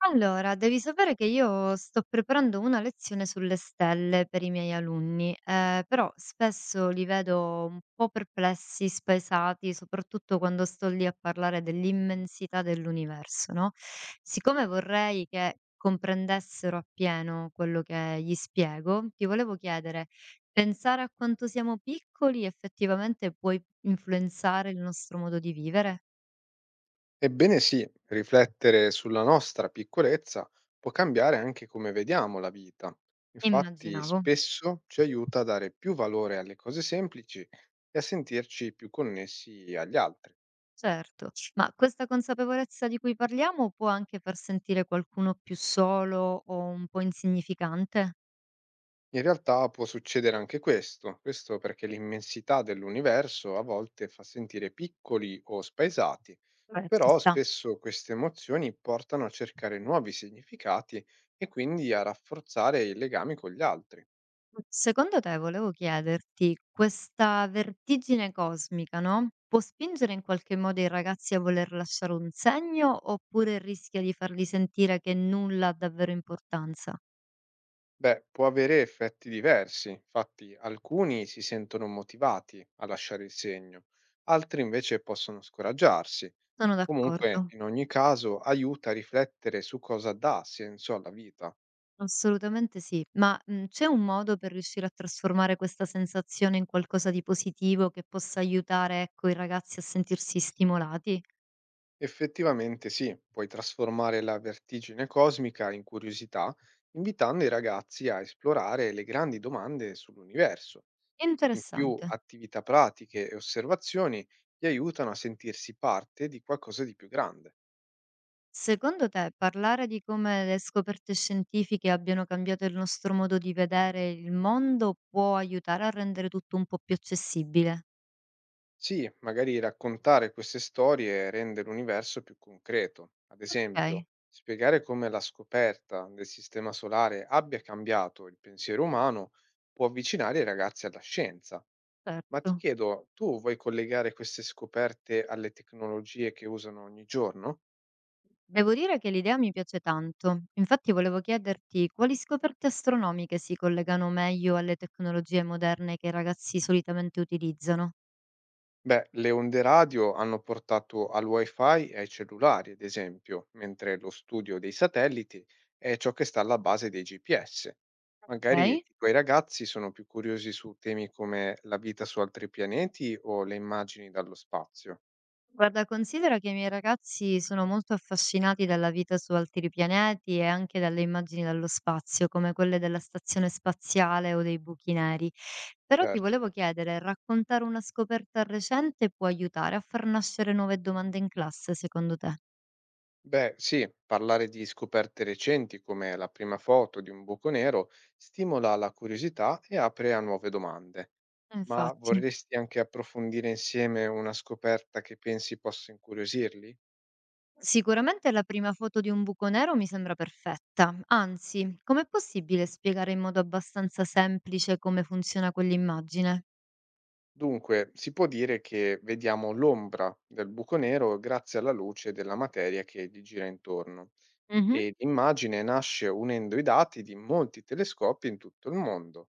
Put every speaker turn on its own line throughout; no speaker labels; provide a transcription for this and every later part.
Allora, devi sapere che io sto preparando una lezione sulle stelle per i miei alunni, però spesso li vedo un po' perplessi, spesati, soprattutto quando sto lì a parlare dell'immensità dell'universo, no? Siccome vorrei che comprendessero appieno quello che gli spiego, ti volevo chiedere, pensare a quanto siamo piccoli effettivamente può influenzare il nostro modo di vivere?
Ebbene sì, riflettere sulla nostra piccolezza può cambiare anche come vediamo la vita. Infatti
Immaginavo.
spesso ci aiuta a dare più valore alle cose semplici e a sentirci più connessi agli altri.
Certo, ma questa consapevolezza di cui parliamo può anche far sentire qualcuno più solo o un po' insignificante?
In realtà può succedere anche questo perché l'immensità dell'universo a volte fa sentire piccoli o spaesati,
Beh, ci
però
sta.
spesso queste emozioni portano a cercare nuovi significati e quindi a rafforzare i legami con gli altri.
Secondo te, volevo chiederti, questa vertigine cosmica, no? Può spingere in qualche modo i ragazzi a voler lasciare un segno oppure rischia di farli sentire che nulla ha davvero importanza?
Beh, può avere effetti diversi, infatti alcuni si sentono motivati a lasciare il segno, altri invece possono scoraggiarsi.
Sono
Comunque,
d'accordo.
in ogni caso, aiuta a riflettere su cosa dà senso alla vita.
Assolutamente sì, ma, c'è un modo per riuscire a trasformare questa sensazione in qualcosa di positivo che possa aiutare, ecco, i ragazzi a sentirsi stimolati?
Effettivamente sì, puoi trasformare la vertigine cosmica in curiosità, invitando i ragazzi a esplorare le grandi domande sull'universo. In più,
Interessante.
attività pratiche e osservazioni ti aiutano a sentirsi parte di qualcosa di più grande.
Secondo te parlare di come le scoperte scientifiche abbiano cambiato il nostro modo di vedere il mondo può aiutare a rendere tutto un po' più accessibile?
Sì, magari raccontare queste storie rende l'universo più concreto. Ad esempio,
Okay,
spiegare come la scoperta del sistema solare abbia cambiato il pensiero umano può avvicinare i ragazzi alla scienza. Ma ti
certo.
chiedo, tu vuoi collegare queste scoperte alle tecnologie che usano ogni giorno?
Devo dire che l'idea mi piace tanto. Infatti volevo chiederti quali scoperte astronomiche si collegano meglio alle tecnologie moderne che i ragazzi solitamente utilizzano.
Beh, le onde radio hanno portato al wifi e ai cellulari, ad esempio, mentre lo studio dei satelliti è ciò che sta alla base dei GPS. Magari i
Ok.
tuoi ragazzi sono più curiosi su temi come la vita su altri pianeti o le immagini dallo spazio.
Guarda, considera che i miei ragazzi sono molto affascinati dalla vita su altri pianeti e anche dalle immagini dallo spazio, come quelle della stazione spaziale o dei buchi neri. Però ti
Certo.
volevo chiedere, raccontare una scoperta recente può aiutare a far nascere nuove domande in classe, secondo te?
Beh, sì, parlare di scoperte recenti come la prima foto di un buco nero stimola la curiosità e apre a nuove domande. Ma
Infatti.
vorresti anche approfondire insieme una scoperta che pensi possa incuriosirli?
Sicuramente la prima foto di un buco nero mi sembra perfetta. Anzi, com'è possibile spiegare in modo abbastanza semplice come funziona quell'immagine?
Dunque, si può dire che vediamo l'ombra del buco nero grazie alla luce della materia che gli gira intorno.
Mhm.
E l'immagine nasce unendo i dati di molti telescopi in tutto il mondo.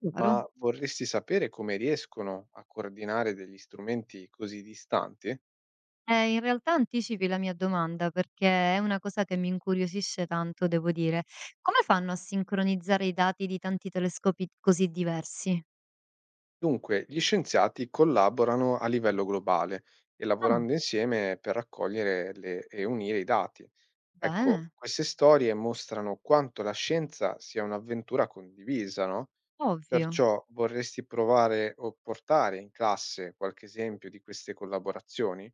Chiaro.
Ma vorresti sapere come riescono a coordinare degli strumenti così distanti?
In realtà anticipi la mia domanda perché è una cosa che mi incuriosisce tanto, devo dire. Come fanno a sincronizzare i dati di tanti telescopi così diversi?
Dunque, gli scienziati collaborano a livello globale e
Ah,
lavorando insieme per raccogliere le- e unire i dati. Ecco,
bene,
queste storie mostrano quanto la scienza sia un'avventura condivisa, no?
ovvio.
Perciò vorresti provare o portare in classe qualche esempio di queste collaborazioni?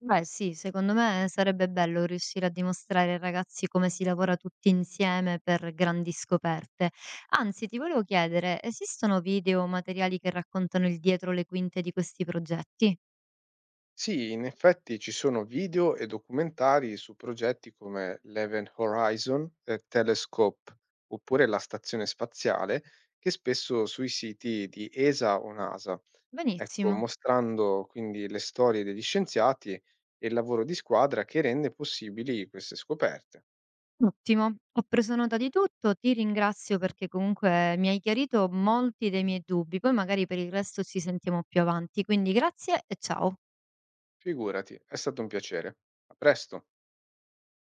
Beh sì, secondo me sarebbe bello riuscire a dimostrare ai ragazzi come si lavora tutti insieme per grandi scoperte. Anzi, ti volevo chiedere, esistono video o materiali che raccontano il dietro le quinte di questi progetti?
Sì, in effetti ci sono video e documentari su progetti come l'Event Horizon Telescope oppure la stazione spaziale, che spesso sui siti di ESA o NASA, ecco,
Benissimo,
mostrando quindi le storie degli scienziati e il lavoro di squadra che rende possibili queste scoperte.
ottimo. Ho preso nota di tutto, ti ringrazio perché comunque mi hai chiarito molti dei miei dubbi, poi magari per il resto ci sentiamo più avanti, quindi grazie e ciao.
Figurati, è stato un piacere. A presto.